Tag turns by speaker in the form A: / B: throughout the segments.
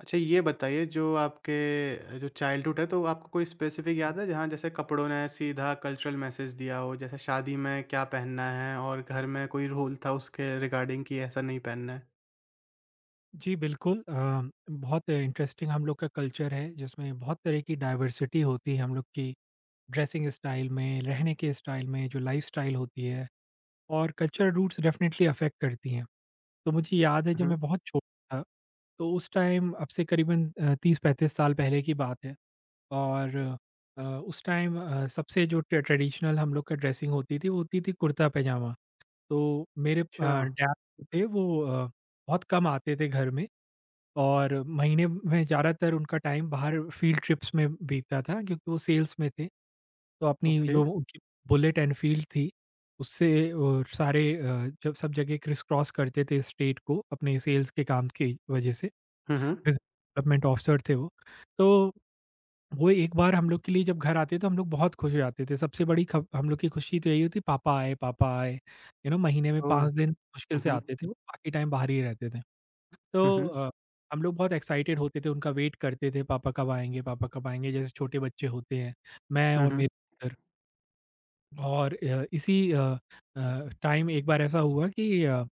A: अच्छा, ये बताइए जो आपके जो चाइल्डहुड है तो आपको कोई स्पेसिफ़िक याद है जहाँ जैसे कपड़ों ने सीधा कल्चरल मैसेज दिया हो? जैसे शादी में क्या पहनना है और घर में कोई रूल था उसके रिगार्डिंग कि ऐसा नहीं पहनना है?
B: जी, बिल्कुल। बहुत इंटरेस्टिंग हम लोग का कल्चर है जिसमें बहुत तरह की डाइवर्सिटी होती है हम लोग की ड्रेसिंग स्टाइल में, रहने के स्टाइल में, जो लाइफ़स्टाइल होती है और कल्चरल रूट्स डेफ़िनेटली अफ़ेक्ट करती हैं। तो मुझे याद है,
A: हुँ,
B: जब
A: हुँ।
B: मैं बहुत छोटा था, तो उस टाइम, अब से करीबन 30-35 साल पहले की बात है। और उस टाइम सबसे जो ट्रेडिशनल हम लोग का ड्रेसिंग होती थी, वो होती थी कुर्ता-पैजामा। तो मेरे
A: अच्छा।
B: डैड थे, वो बहुत कम आते थे घर में और महीने में ज़्यादातर उनका टाइम बाहर फील्ड ट्रिप्स में बीतता था क्योंकि वो सेल्स में थे। तो अपनी,
A: ओके।
B: जो उनकी बुलेट एनफील्ड थी, उससे वो सारे जब सब जगह क्रिस क्रॉस करते थे स्टेट को, अपने सेल्स के काम की वज़ह से।
A: हुँ, हुँ।
B: बिज़नेस डेवलपमेंट ऑफिसर थे वो। तो वो एक बार हम लोग के लिए जब घर आते, तो हम लोग बहुत खुश हो जाते थे। सबसे बड़ी खब हम लोग की खुशी तो यही होती, पापा आए, पापा आए। यू नो, महीने में
A: ओह!
B: 5 दिन मुश्किल
A: हुँ,
B: से
A: हुँ।
B: आते थे वो, बाकी टाइम बाहर ही रहते थे।
A: हुँ,
B: तो
A: हुँ।
B: हम लोग बहुत एक्साइटेड होते थे, उनका वेट करते थे, पापा कब आएँगे पापा कब आएँगे? जैसे छोटे बच्चे होते हैं, मैं
A: हुँ,
B: और
A: हुँ।
B: मेरे ब्रदर। और टाइम एक बार ऐसा हुआ कि अ,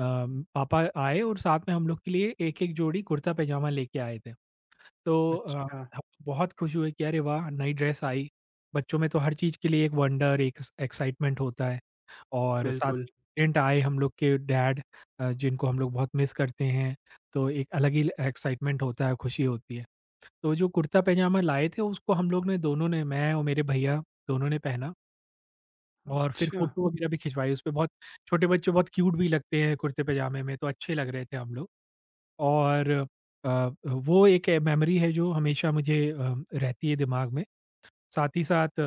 B: पापा आए और साथ में हम लोग के लिए एक-एक जोड़ी कुर्ता पैजामा लेके आए थे। तो
A: अच्छा।
B: हम बहुत खुश हुए कि अरे वाह! नई ड्रेस आई, बच्चों में तो हर चीज़ के लिए एक वंडर, एक एक्साइटमेंट होता है। और साथ
A: बिल्कुल।
B: में आए हम लोग के डैड, जिनको हम लोग बहुत मिस करते हैं, तो एक अलग ही एक्साइटमेंट होता है, खुशी होती है। तो जो कुर्ता पैजामा लाए थे उसको हम लोग ने दोनों ने, मैं और मेरे भैया दोनों ने पहना, और फिर
A: अच्छा।
B: फ़ोटो वगैरह भी खिंचवाई उसपे। बहुत छोटे बच्चे बहुत क्यूट भी लगते हैं कुर्ते पैजामे में, तो अच्छे लग रहे थे हम लोग। और अ, वो एक मेमोरी है जो हमेशा मुझे रहती है दिमाग में। साथ ही साथ,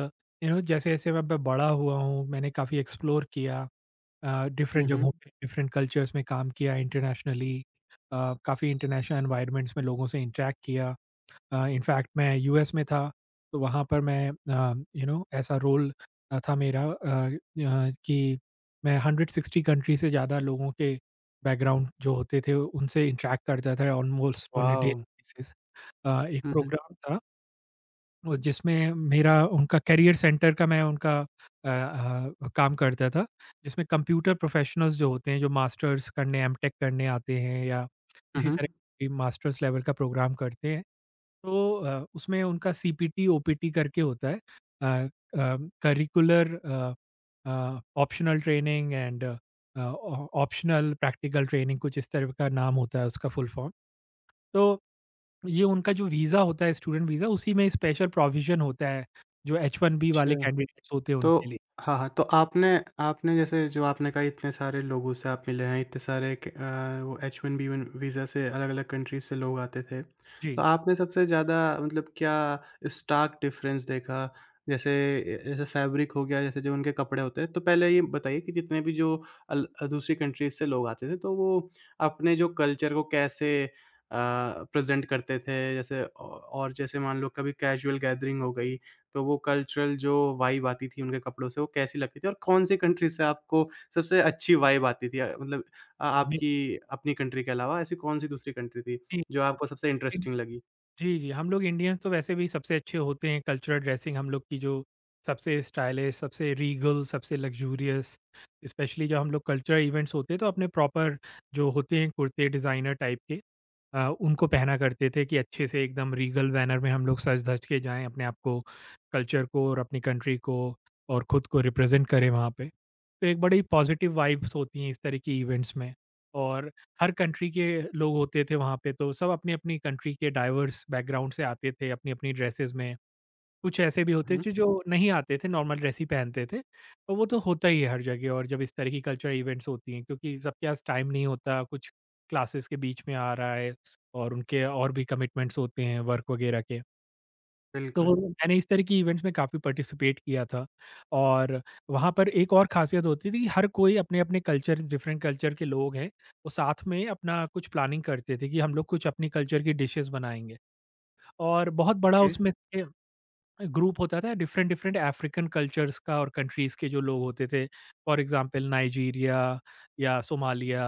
B: यू नो, जैसे-जैसे मैं ब बड़ा हुआ हूँ, मैंने काफ़ी एक्सप्लोर किया।
A: हुँ,
B: डिफरेंट
A: हुँ।
B: जगहों पे, डिफरेंट कल्चर्स में काम किया इंटरनेशनली। अ, काफ़ी इंटरनेशनल एनवायरनमेंट्स में लोगों से इंटरैक्ट किया। इनफैक्ट मैं यूएस में था, तो वहाँ पर मैं यू नो ऐसा रोल था मेरा, कि मैं 160 कंट्री से ज़्यादा लोगों के बैकग्राउंड जो होते थे, उनसे इंटरैक्ट करता था almost on uh daily
A: wow!
B: Basis. एक
A: हुँ, हुँ।
B: प्रोग्राम था वो, जिसमें मेरा उनका करियर सेंटर का, मैं उनका काम करता था, जिसमें कंप्यूटर प्रोफ़ेशनल्स जो होते हैं, जो मास्टर्स करने, एमटेक करने आते हैं या
A: हुँ,
B: इसी तरह
A: हुँ।
B: के मास्टर्स लेवल का प्रोग्राम करते हैं, तो उसमें उनका सीपीटी, ओपीटी करके होता है। Uh uh, curricular, optional training and optional practical training, कुछ इस तरह का नाम होता है उसका फुल फॉर्म। तो ये उनका जो वीज़ा होता है, स्टूडेंट वीज़ा, उसी में स्पेशल प्रोविज़न होता है, जो एच-1बी वाले
A: अच्छा।
B: कैंडिडेट्स होते हैं उनके
A: तो
B: लिए।
A: हाँ, हाँ, तो आपने आपने जैसे जो आपने कहा, इतने सारे लोगों से आप मिले हैं, इतने सारे वो H one B one B one visa से अलग-अलग कंट्रीज़ से लोग आते थे। तो
B: जी,
A: आपने सबसे ज़्यादा मतलब क्या स्टार्क डिफ़रेंस देखा? जैसे ए जैसे फैब्रिक हो गया, जैसे जो उनके कपड़े होते हैं। तो पहले ये बताइए कि जितने भी जो अल दूसरी कंट्रीज़ से लोग आते थे, तो वो अपने जो कल्चर को कैसे प्रेज़ेंट करते थे? जैसे औ और जैसे मान लो कभी कैज़ुअल गैदरिंग हो गई, तो वो कल्चरल जो वाइब आती थी उनके कपड़ों से, वो कैसी लगती थी? और कौन-सी कंट्री से आपको सबसे अच्छी वाइब आती थी? मतलब
B: जी,
A: आपकी अपनी कंट्री के अलावा ऐसी कौन-सी दूसरी कंट्री थी,
B: जी।
A: जो आपको सबसे इंटरेस्टिंग लगी?
B: जी, जी, हम लोग इंडियंस तो वैसे भी सबसे अच्छे होते हैं, कल्चरल ड्रेसिंग हम लोग की जो सबसे स्टाइलिश, सबसे रीगल, सबसे लग्ज़ूरियस, स्पेशली जब हम लोग कल्चरल इवेंट्स होते हैं, तो अपने प्रॉपर जो होते हैं कुर्ते डिज़ाइनर टाइप के, उनको पहना करते थे, कि अच्छे से, एकदम रीगल बैनर में हम लोग सज-धज के जाएँ, अपने आप को, कल्चर को और अपनी कंट्री को और खुद को रिप्रेज़ेंट करें वहाँ पे। तो एक बड़ी पॉज़िटिव वाइब्स होती हैं इस तरह की इवेंट्स में, और हर कंट्री के लोग होते थे वहाँ पे, तो सब अपनी-अपनी कंट्री के डाइवर्स बैकग्राउंड से आते थे, अपनी-अपनी ड्रेसेस में। कुछ ऐसे भी होते
A: हुँ,
B: थे जो नहीं आते थे, नॉर्मल ड्रेस ही पहनते थे। तो वो तो होता ही है हर जगह, और जब इस तरह की कल्चरल इवेंट्स होती हैं, क्योंकि सबके पास टाइम नहीं होता, कुछ क्लासेस के बीच में आ रहा है और उनके और भी कमिटमेंट्स होते हैं वर्क वगैरह के। तो
A: बिल्कुल।
B: मैंने इस तरह की इवेंट्स में काफ़ी पार्टिसिपेट किया था। और वहाँ पर एक और ख़ासियत होती थी कि हर कोई अपने-अपने कल्चर, डिफरेंट कल्चर के लोग हैं, वो साथ में अपना कुछ प्लानिंग करते थे कि हम लोग कुछ अपनी कल्चर की डिशेज़ बनाएँगे, और बहुत बड़ा
A: ओके।
B: उसमें ग्रुप होता था डिफरेंट डिफरेंट अफ्रीकन कल्चर्स का और कंट्रीज़ के जो लोग होते थे। फॉर एग्ज़ाम्पल, नाइजीरिया या सोमालिया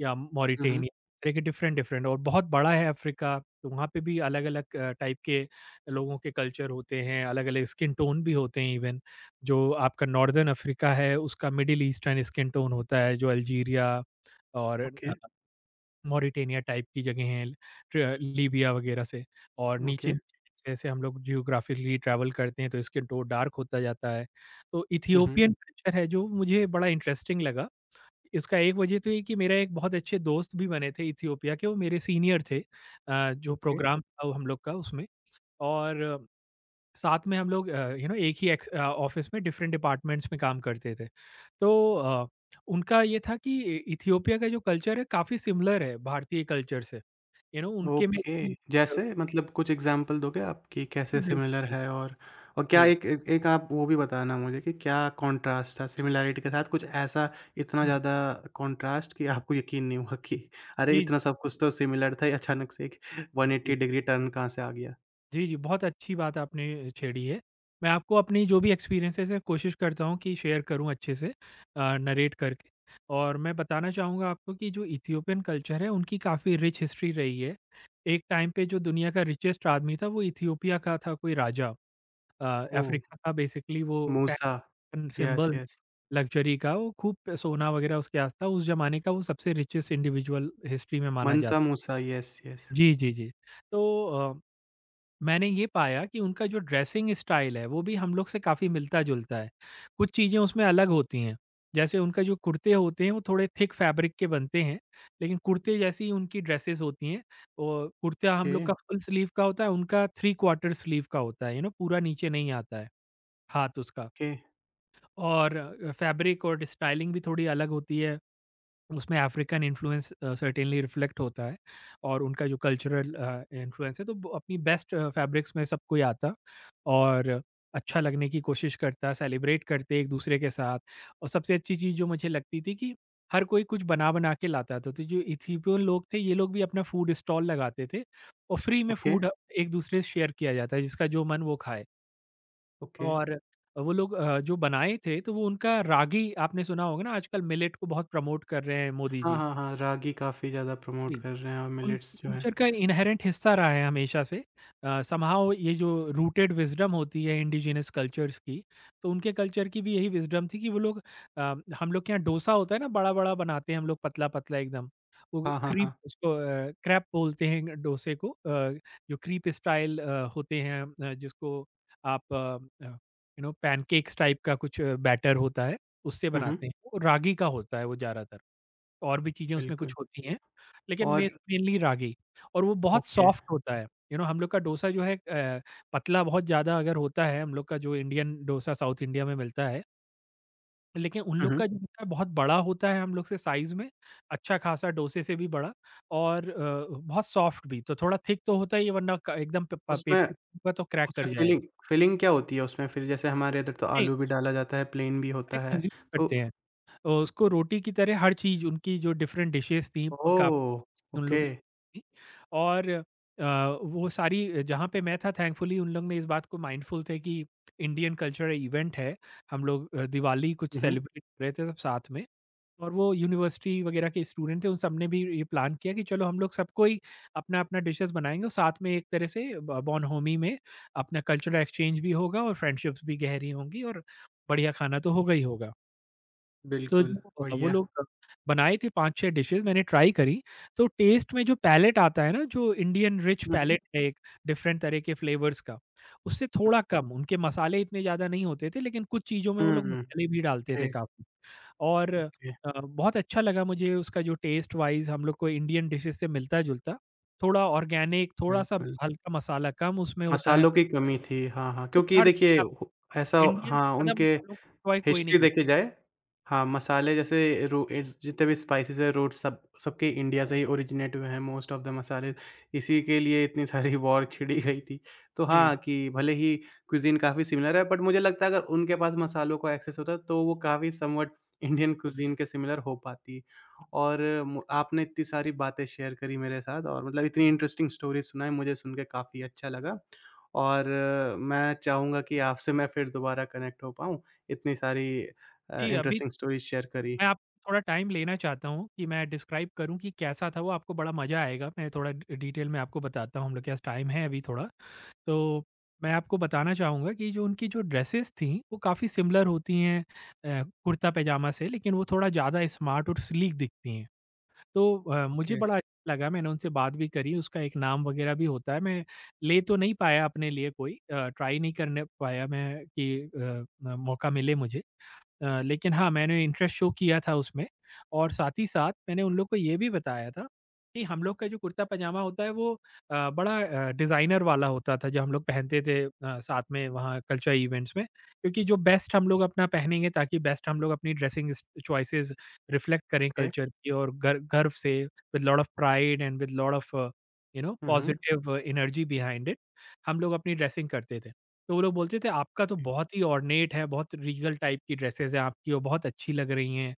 B: या
A: हुँ, हुँ।
B: मॉरिटेनिया, इस तरह के डिफरेंट डिफरेंट, और बहुत बड़ा है अफ्रीका, तो वहाँ पे भी अलग-अलग टाइप के लोगों के कल्चर होते हैं, अलग-अलग स्किन टोन भी होते हैं इवन। जो आपका नॉर्दर्न अफ्रीका है, उसका मिडल ईस्टर्न स्किन टोन होता है, जो अल्जीरिया और
A: ओके,
B: मॉरिटेनिया टाइप की जगह हैं, ट्र लीबिया वगैरह से। और नीचे
A: ओके।
B: नीचे, जैसे जैसे हम लोग जियोग्राफिकली ट्रैवल करते हैं, तो इसके टो डार्क होता जाता है। तो
A: हुँ, हुँ।
B: इथियोपियन कल्चर है जो मुझे बड़ा इंटरेस्टिंग लगा। इसका एक वजह तो ये कि मेरा एक बहुत अच्छे दोस्त भी बने थे इथियोपिया के, वो मेरे सीनियर थे, जो
A: ओके।
B: प्रोग्राम था वो हम लोग का, उसमें और साथ में हम लोग, यू नो, एक ही ऑफिस में डिफरेंट डिपार्टमेंट्स में काम करते थे, तो उनका ये था कि इथियोपिया का जो कल्चर है काफ़ी सिमिलर है भारतीय कल्चर से, यू नो, उनके में
A: ओके,
B: भी- अ,
A: जैसे मतलब कुछ एग्ज़ाम्पल दोगे आप कि
B: जी,
A: कैसे
B: बिल्कुल
A: सिमिलर
B: बिल्कुल।
A: है? और क्या
B: जी,
A: एक एक एक आप वो भी बताना मुझे कि क्या कॉन्ट्रास्ट था सिमिलैरिटी के साथ? कुछ ऐसा इतना
B: हम्म।
A: ज़्यादा कॉन्ट्रास्ट कि आपको यकीन नहीं हुआ कि अरे!
B: जी,
A: इतना सब कुछ तो सिमिलर था, ये अचानक से एक
B: जी,
A: 180 डिग्री टर्न कहाँ से आ गया?
B: जी। जी, बहुत अच्छी बात आपने छेड़ी है। मैं आपको अपनी जो भी एक्सपीरियंसेस हैं कोशिश करता हूँ कि शेयर करूँ अच्छे से, नरेट करके। और मैं बताना चाहूँगा आपको कि जो इथियोपियन कल्चर है, उनकी काफ़ी रिच हिस्ट्री रही है। एक टाइम पे जो दुनिया का रिचेस्ट आदमी था, वो इथियोपिया का था, कोई राजा। अ,
A: ओह!
B: अफ्रीका का बेसिकली वो
A: Musa,
B: pan
A: yes,
B: symbol
A: yes.
B: Luxury का, वो खूब सोना वग़ैरह उसके आस था। उस ज़माने का वो सबसे रिचेस्ट इंडिविजुअल हिस्ट्री में माना जाता
A: मनसा
B: है।
A: Musa, yes, yes.
B: जी, जी, जी। तो अ मैंने ये पाया कि उनका जो ड्रेसिंग स्टाइल है, वो भी हम लोग से काफ़ी मिलता-जुलता है। कुछ चीज़ें उसमें अलग होती हैं, जैसे उनका जो कुर्ते होते हैं वो थोड़े थिक फैब्रिक के बनते हैं, लेकिन कुर्ते जैसी ही उनकी ड्रेसेज़ होती हैं। और कुर्ता हम
A: ओके,
B: लोग का फुल स्लीव का होता है, उनका थ्री क्वार्टर स्लीव का होता है, यू नो, पूरा नीचे नहीं आता है हाथ उसका।
A: ओके,
B: और फैब्रिक और स्टाइलिंग भी थोड़ी अलग होती है। उसमें अफ्रीकन इन्फ्लुएंस सर्टेनली रिफ्लेक्ट होता है, और उनका जो कल्चरल इन्फ्लुएंस है, तो ब अपनी बेस्ट फैब्रिक्स में सब कोई आता और अच्छा लगने की कोशिश करता, सेलिब्रेट करते एक-दूसरे के साथ, और सबसे अच्छी चीज़ जो मुझे लगती थी, कि हर कोई कुछ बना-बना के लाता था। तो जो इथियोपियन लोग थे, ये लोग भी अपना फूड स्टॉल लगाते थे, और फ्री में
A: ओके,
B: फूड एक-दूसरे से शेयर किया जाता है, जिसका जो मन वो खाए।
A: ओके।
B: और वो लोग जो बनाए थे, तो वो उनका रागी, आपने सुना होगा ना, आजकल मिलेट को बहुत प्रमोट कर रहे हैं मोदी
A: हाँ,
B: जी।
A: हाँ, हाँ, रागी काफ़ी ज़्यादा प्रमोट
B: जी,
A: कर रहे हैं और
B: उनके
A: मिलेट्स जो हैं।
B: कल्चर का इन्हेरेंट हिस्सा रहा है हमेशा से। समहाउ ये जो रूटेड विज़डम होती है इंडिजिनस कल्चर्स की, तो उनके कल्चर की भी यही विज़डम थी कि वो लोग, अ, हम लोग के यहाँ डोसा होता है ना, बड़ा-बड़ा बनाते हैं हम लोग, पतला-पतला एकदम। वो
A: हाँ, हाँ,
B: क्रीप,
A: हाँ।
B: उसको क्रैप बोलते हैं, डोसे को, जो क्रीप स्टाइल होते हैं, जिसको आप यू नो पैनकेक्स टाइप का, कुछ बैटर होता है, उससे
A: हुँ, हुँ,
B: बनाते हैं। वो रागी का होता है वो ज़्यादातर। और भी चीज़ें उसमें कुछ
A: बिल्कुल।
B: होती हैं, लेकिन
A: और
B: मेस मेनली रागी। और वो बहुत
A: ओके।
B: सॉफ्ट होता है। यू नो, हम लोग का डोसा जो है पतला बहुत ज़्यादा अगर होता है हम लोग का, जो इंडियन डोसा साउथ इंडिया में मिलता है, लेकिन उन
A: हुँ,
B: लोग का
A: हुँ।
B: जो होता है बहुत बड़ा होता है हम लोग से साइज़ में, अच्छा खासा डोसे से भी बड़ा, और बहुत सॉफ्ट भी, तो थोड़ा थिक तो होता ही है, वरना क एकदम प प
A: उसमें
B: पेपर होगा तो क्रैक कर
A: उसमें
B: जाएगा।
A: फ़िलिंग फ़िलिंग क्या होती है उसमें फिर? जैसे हमारे इधर तो
B: नहीं,
A: आलू भी डाला जाता है, प्लेन भी होता है।
B: कंज़्यूम
A: तो
B: करते हैं। उसको रोटी की तरह हर चीज़, उनकी जो डिफरेंट डिशेज़ थी, प
A: ओह!
B: काफ़ी उन लोग
A: ओके।
B: ने की, और वो सारी, जहाँ पे मैं था, थैंकफुली उन लोग ने इस बात को माइंडफुल थे कि इंडियन कल्चरल इवेंट है। हम लोग दिवाली कुछ
A: हुँ, हुँ।
B: सेलिब्रेट कर रहे थे सब साथ में, और वो यूनिवर्सिटी वगैरह के स्टूडेंट थे, उन सब ने भी ये प्लान किया कि चलो हम लोग सबको ही अपना-अपना डिशेज़ बनाएँगे, और साथ में एक तरह से ब बोनहोमी में अपना कल्चरल एक्सचेंज भी होगा, और फ्रेंडशिप्स भी गहरी होंगी, और बढ़िया खाना तो होगा ही होगा। तो
A: बिल्कुल,
B: जो वो
A: बढ़िया।
B: लोग बनाए थे 5-6 डिशेज़ मैंने ट्राई करी, तो टेस्ट में जो पैलेट आता है ना, जो इंडियन रिच
A: हुँ, हुँ।
B: पैलेट है एक डिफरेंट तरह के फ्लेवर्स का, उससे थोड़ा कम। उनके मसाले इतने ज़्यादा नहीं होते थे, लेकिन कुछ चीज़ों में वो लोग
A: हुँ,
B: मसाले भी डालते
A: ओके,
B: थे काफ़ी। और
A: ओके,
B: बहुत अच्छा लगा मुझे उसका जो टेस्ट वाइज़ हम लोग को इंडियन डिशेज़ से मिलता-जुलता, थोड़ा ऑर्गेनिक, थोड़ा-सा
A: बिल्कुल।
B: हल्का मसाला कम उसमें होता है।
A: मसालों की कमी थी। हाँ, हाँ,
B: वो
A: क्योंकि
B: हर
A: देखिए
B: आप
A: हो ऐसा।
B: इंडियन
A: हाँ,
B: ज़्यादा
A: उनके
B: मसालों को एन्जॉय कोई नहीं
A: हिस्ट्री
B: करता।
A: देखी जाए। हाँ, मसाले जैसे रो ए जितने भी स्पाइसेस हैं, रूट्स सब सबके इंडिया से ही ओरिजिनेट हुए हैं, मोस्ट ऑफ द मसाले। इसी के लिए इतनी सारी वॉर छिड़ी गई थी। तो
B: जी,
A: हाँ, कि भले ही क्विज़ीन काफ़ी सिमिलर है, बट मुझे लगता है अगर उनके पास मसालों का एक्सेस होता तो वो काफ़ी समवट इंडियन क्विज़ीन के सिमिलर हो पाती। और मु आपने इतनी सारी बातें शेयर करी मेरे साथ और मतलब इतनी इंटरेस्टिंग स्टोरीज़ सुनाई, मुझे सुन के काफ़ी अच्छा लगा। और मैं चाहूँगा कि आपसे मैं फिर दोबारा कनेक्ट हो पाऊँ। इतनी सारी
B: जी, अभी
A: इंटरेस्टिंग स्टोरीज़ शेयर करी।
B: मैं आप थोड़ा टाइम लेना चाहता हूँ कि मैं डिस्क्राइब करूँ कि कैसा था वो, आपको बड़ा मज़ा आएगा। मैं थोड़ा डि डिटेल में आपको बताता हूँ, हम लोग के पास टाइम है अभी थोड़ा। तो मैं आपको बताना चाहूँगा कि जो उनकी जो ड्रेसेस थीं, वो काफ़ी सिमिलर होती हैं कुर्ता-पैजामा से, लेकिन वो थोड़ा ज़्यादा स्मार्ट और स्लीक दिखती हैं। तो मुझे
A: ओके।
B: बड़ा अच्छा लगा, मैंने उनसे बात भी करी, उसका एक नाम वगैरह भी होता है। मैं ले तो नहीं पाया अपने लिए कोई ट्राई नहीं करने पाया मैं कि मौका मिले मुझे। लेकिन हाँ, मैंने इंटरेस्ट शो किया था उसमें। और साथ ही साथ मैंने उन लोग को ये भी बताया था कि हम लोग का जो कुर्ता-पजामा होता है वो बड़ा डिज़ाइनर वाला होता था जो हम लोग पहनते थे साथ में वहाँ कल्चर इवेंट्स में। क्योंकि जो बेस्ट हम लोग अपना पहनेंगे ताकि बेस्ट हम लोग अपनी ड्रेसिंग स चॉइसेस रिफ्लेक्ट करें
A: ओके।
B: कल्चर की और गर गर्व से, with lot of pride and with lot of you know
A: hmm, hmm.
B: Positive energy behind it हम लोग अपनी ड्रेसिंग करते थे। तो वो लोग बोलते थे आपका तो बहुत ही ऑर्नेट है, बहुत रीगल टाइप की ड्रेसेस हैं आपकी और बहुत अच्छी लग रही हैं।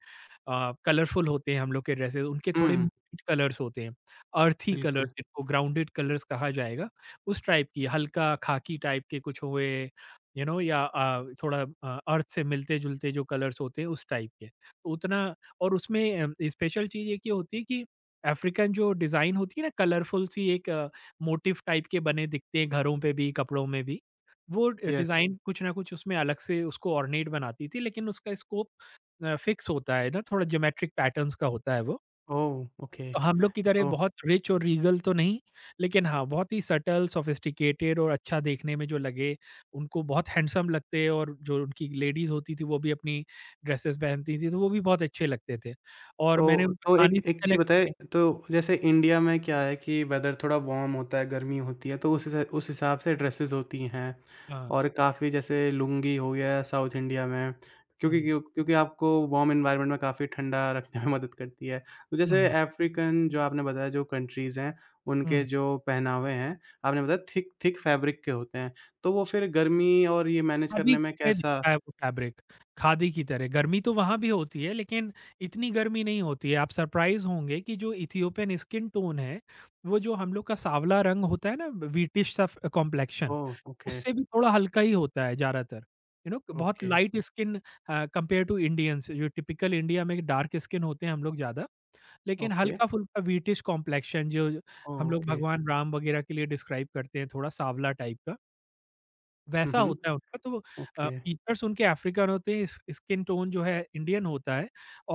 B: कलरफुल होते हैं हम लोग के ड्रेसेस, उनके थोड़े
A: हुँ,
B: म्यूट कलर्स होते हैं, अर्थी कलर
A: बिल्कुल।
B: जिनको ग्राउंडेड कलर्स कहा जाएगा, उस टाइप की। हल्का खाकी टाइप के कुछ हुए यू नो या थोड़ा अर्थ से मिलते-जुलते जो कलर्स होते हैं उस टाइप के। तो उतना। और उसमें स्पेशल चीज़ एक ये की होती है कि अफ्रीकन जो डिज़ाइन होती है ना कलरफुल सी, एक मोटिफ टाइप के बने दिखते हैं घरों पे भी, कपड़ों में भी। वो
A: येस।
B: डिज़ाइन कुछ ना कुछ उसमें अलग से उसको ऑर्नेट बनाती थी, लेकिन उसका स्कोप फ़िक्स होता है ना, थोड़ा ज्योमेट्रिक पैटर्न्स का होता है वो।
A: ओह! ओके।
B: तो हम लोग की तरह
A: सो
B: बहुत रिच और रीगल तो नहीं, लेकिन हाँ, बहुत ही सटल, सोफिस्टिकेटेड और अच्छा देखने में जो लगे, उनको बहुत हैंडसम लगते। और जो उनकी लेडीज़ होती थी, वो भी अपनी ड्रेसेज़ पहनती थी, तो वो भी बहुत अच्छे लगते थे। और मैंने उनके
A: तो
B: खाने
A: एक एक
B: से
A: चीज़
B: कनेक्ट
A: बताएँ,
B: किया।
A: तो जैसे इंडिया में क्या है कि वेदर थोड़ा वार्म होता है, गर्मी होती है, तो उस हिसाब से ड्रेसेस होती हैं
B: हाँ।
A: और काफ़ी जैसे लुंगी हो गया साउथ इंडिया में,
B: हुँ, हुँ।
A: क्योंकि आपको वार्म एनवायरनमेंट में काफ़ी ठंडा रखने में मदद करती है। तो
B: हुँ,
A: जैसे
B: हुँ।
A: अफ्रीकन जो आपने बताया जो कंट्रीज़ हैं,
B: हुँ,
A: उनके
B: हुँ।
A: जो पहनावे हैं, आपने बताया थिक थिक फैब्रिक के होते हैं, तो वो फिर गर्मी और ये मैनेज
B: खादी
A: करने
B: की
A: में
B: तरह
A: कैसा?
B: दिखता है वो फैब्रिक, खादी की तरह। गर्मी तो वहाँ भी होती है लेकिन इतनी गर्मी नहीं होती है। आप सरप्राइज़ होंगे कि जो इथियोपियन स्किन टोन है, वो जो हम लोग का साँवला रंग होता है ना व्हीटिश सा फ कॉम्प्लेक्शन,
A: ओह! ओके,
B: उससे भी थोड़ा हल्का ही होता है ज़्यादातर। यू नो बहुत
A: okay,
B: light skin compare to Indians जो टिपिकल इंडिया में डार्क स्किन होते हैं हम लोग ज़्यादा, लेकिन
A: ओके,
B: हल्का-फुल्का व्हीटिश कॉम्प्लेक्शन जो हम
A: ओह,
B: लोग
A: ओके।
B: भगवान राम वगैरह के लिए डिस्क्राइब करते हैं, थोड़ा साँवला टाइप का।
A: हुँ,
B: वैसा
A: हुँ।
B: होता है उनका तो।
A: ओके,
B: फीचर उनके अफ्रीकन होते हैं, स्किन टोन जो है इंडियन होता है।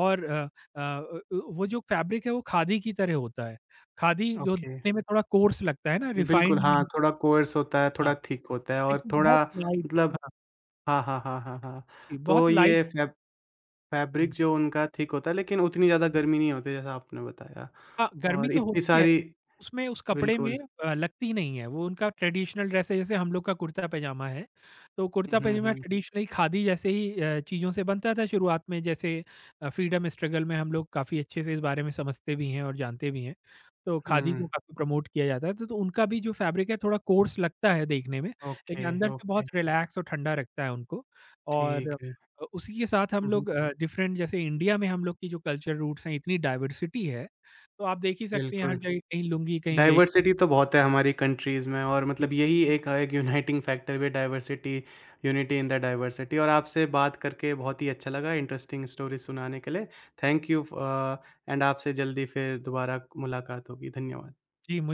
B: और अ अ, उ उ वो जो फैब्रिक है वो खादी की तरह होता है। खादी जो
A: ओके।
B: दिखने में थोड़ा कोर्स लगता है ना,
A: बिल्कुल,
B: रिफाइंड नहीं।
A: हाँ, थोड़ा कोर्स होता है,
B: हाँ,
A: थोड़ा थिक होता है और
B: लेकिन बहुत
A: थोड़ा
B: लाइट।
A: मतलब
B: हाँ,
A: हाँ, हाँ, हाँ, हाँ, हाँ।
B: जी
A: तो
B: बहुत लाइट।
A: ये फैब
B: हुँ।
A: फैब्रिक जो उनका थिक होता है, लेकिन उतनी ज़्यादा गर्मी नहीं होती जैसा आपने बताया?
B: हाँ, गर्मी
A: और
B: तो
A: इतनी
B: होती है।
A: सारी
B: उसमें उस कपड़े में
A: बिल्कुल।
B: लगती नहीं है। वो उनका ट्रेडिशनल ड्रेस है जैसे हम लोग का कुर्ता-पैजामा है, तो
A: हुँ, हुँ,
B: कुर्ता-पैजामा
A: हुँ।
B: ट्रेडिशनली खादी जैसे ही चीज़ों से बनता था शुरुआत में। जैसे फ्रीडम स्ट्रगल में हम लोग काफ़ी अच्छे से इस बारे में समझते भी हैं और जानते भी हैं। तो खादी को
A: हुँ,
B: काफ़ी प्रमोट किया जाता है, तो उनका भी जो फैब्रिक है थोड़ा कोर्स लगता है देखने में,
A: ओके,
B: लेकिन अंदर से
A: ओके,
B: बहुत रिलैक्स और ठंडा रखता है उनको। और
A: ठीक है।
B: उसी के साथ हम
A: हुँ, हुँ,
B: लोग डिफरेंट। जैसे इंडिया में हम लोग की जो कल्चर रूट्स हैं, इतनी डाइवर्सिटी है, तो आप देख ही सकते हैं हर
A: बिल्कुल।
B: जगह, कहीं लुंगी, कहीं वेश्टी।
A: डाइवर्सिटी तो बहुत है हमारी कंट्रीज़ में, और मतलब यही एक एक यूनाइटिंग फैक्टर भी है diversity, unity in the diversity. और आपसे बात करके बहुत ही अच्छा लगा, इंटरेस्टिंग स्टोरी सुनाने के लिए। Thank you. एंड आपसे जल्दी फिर दोबारा मुलाकात होगी। धन्यवाद।
B: जी, मुझे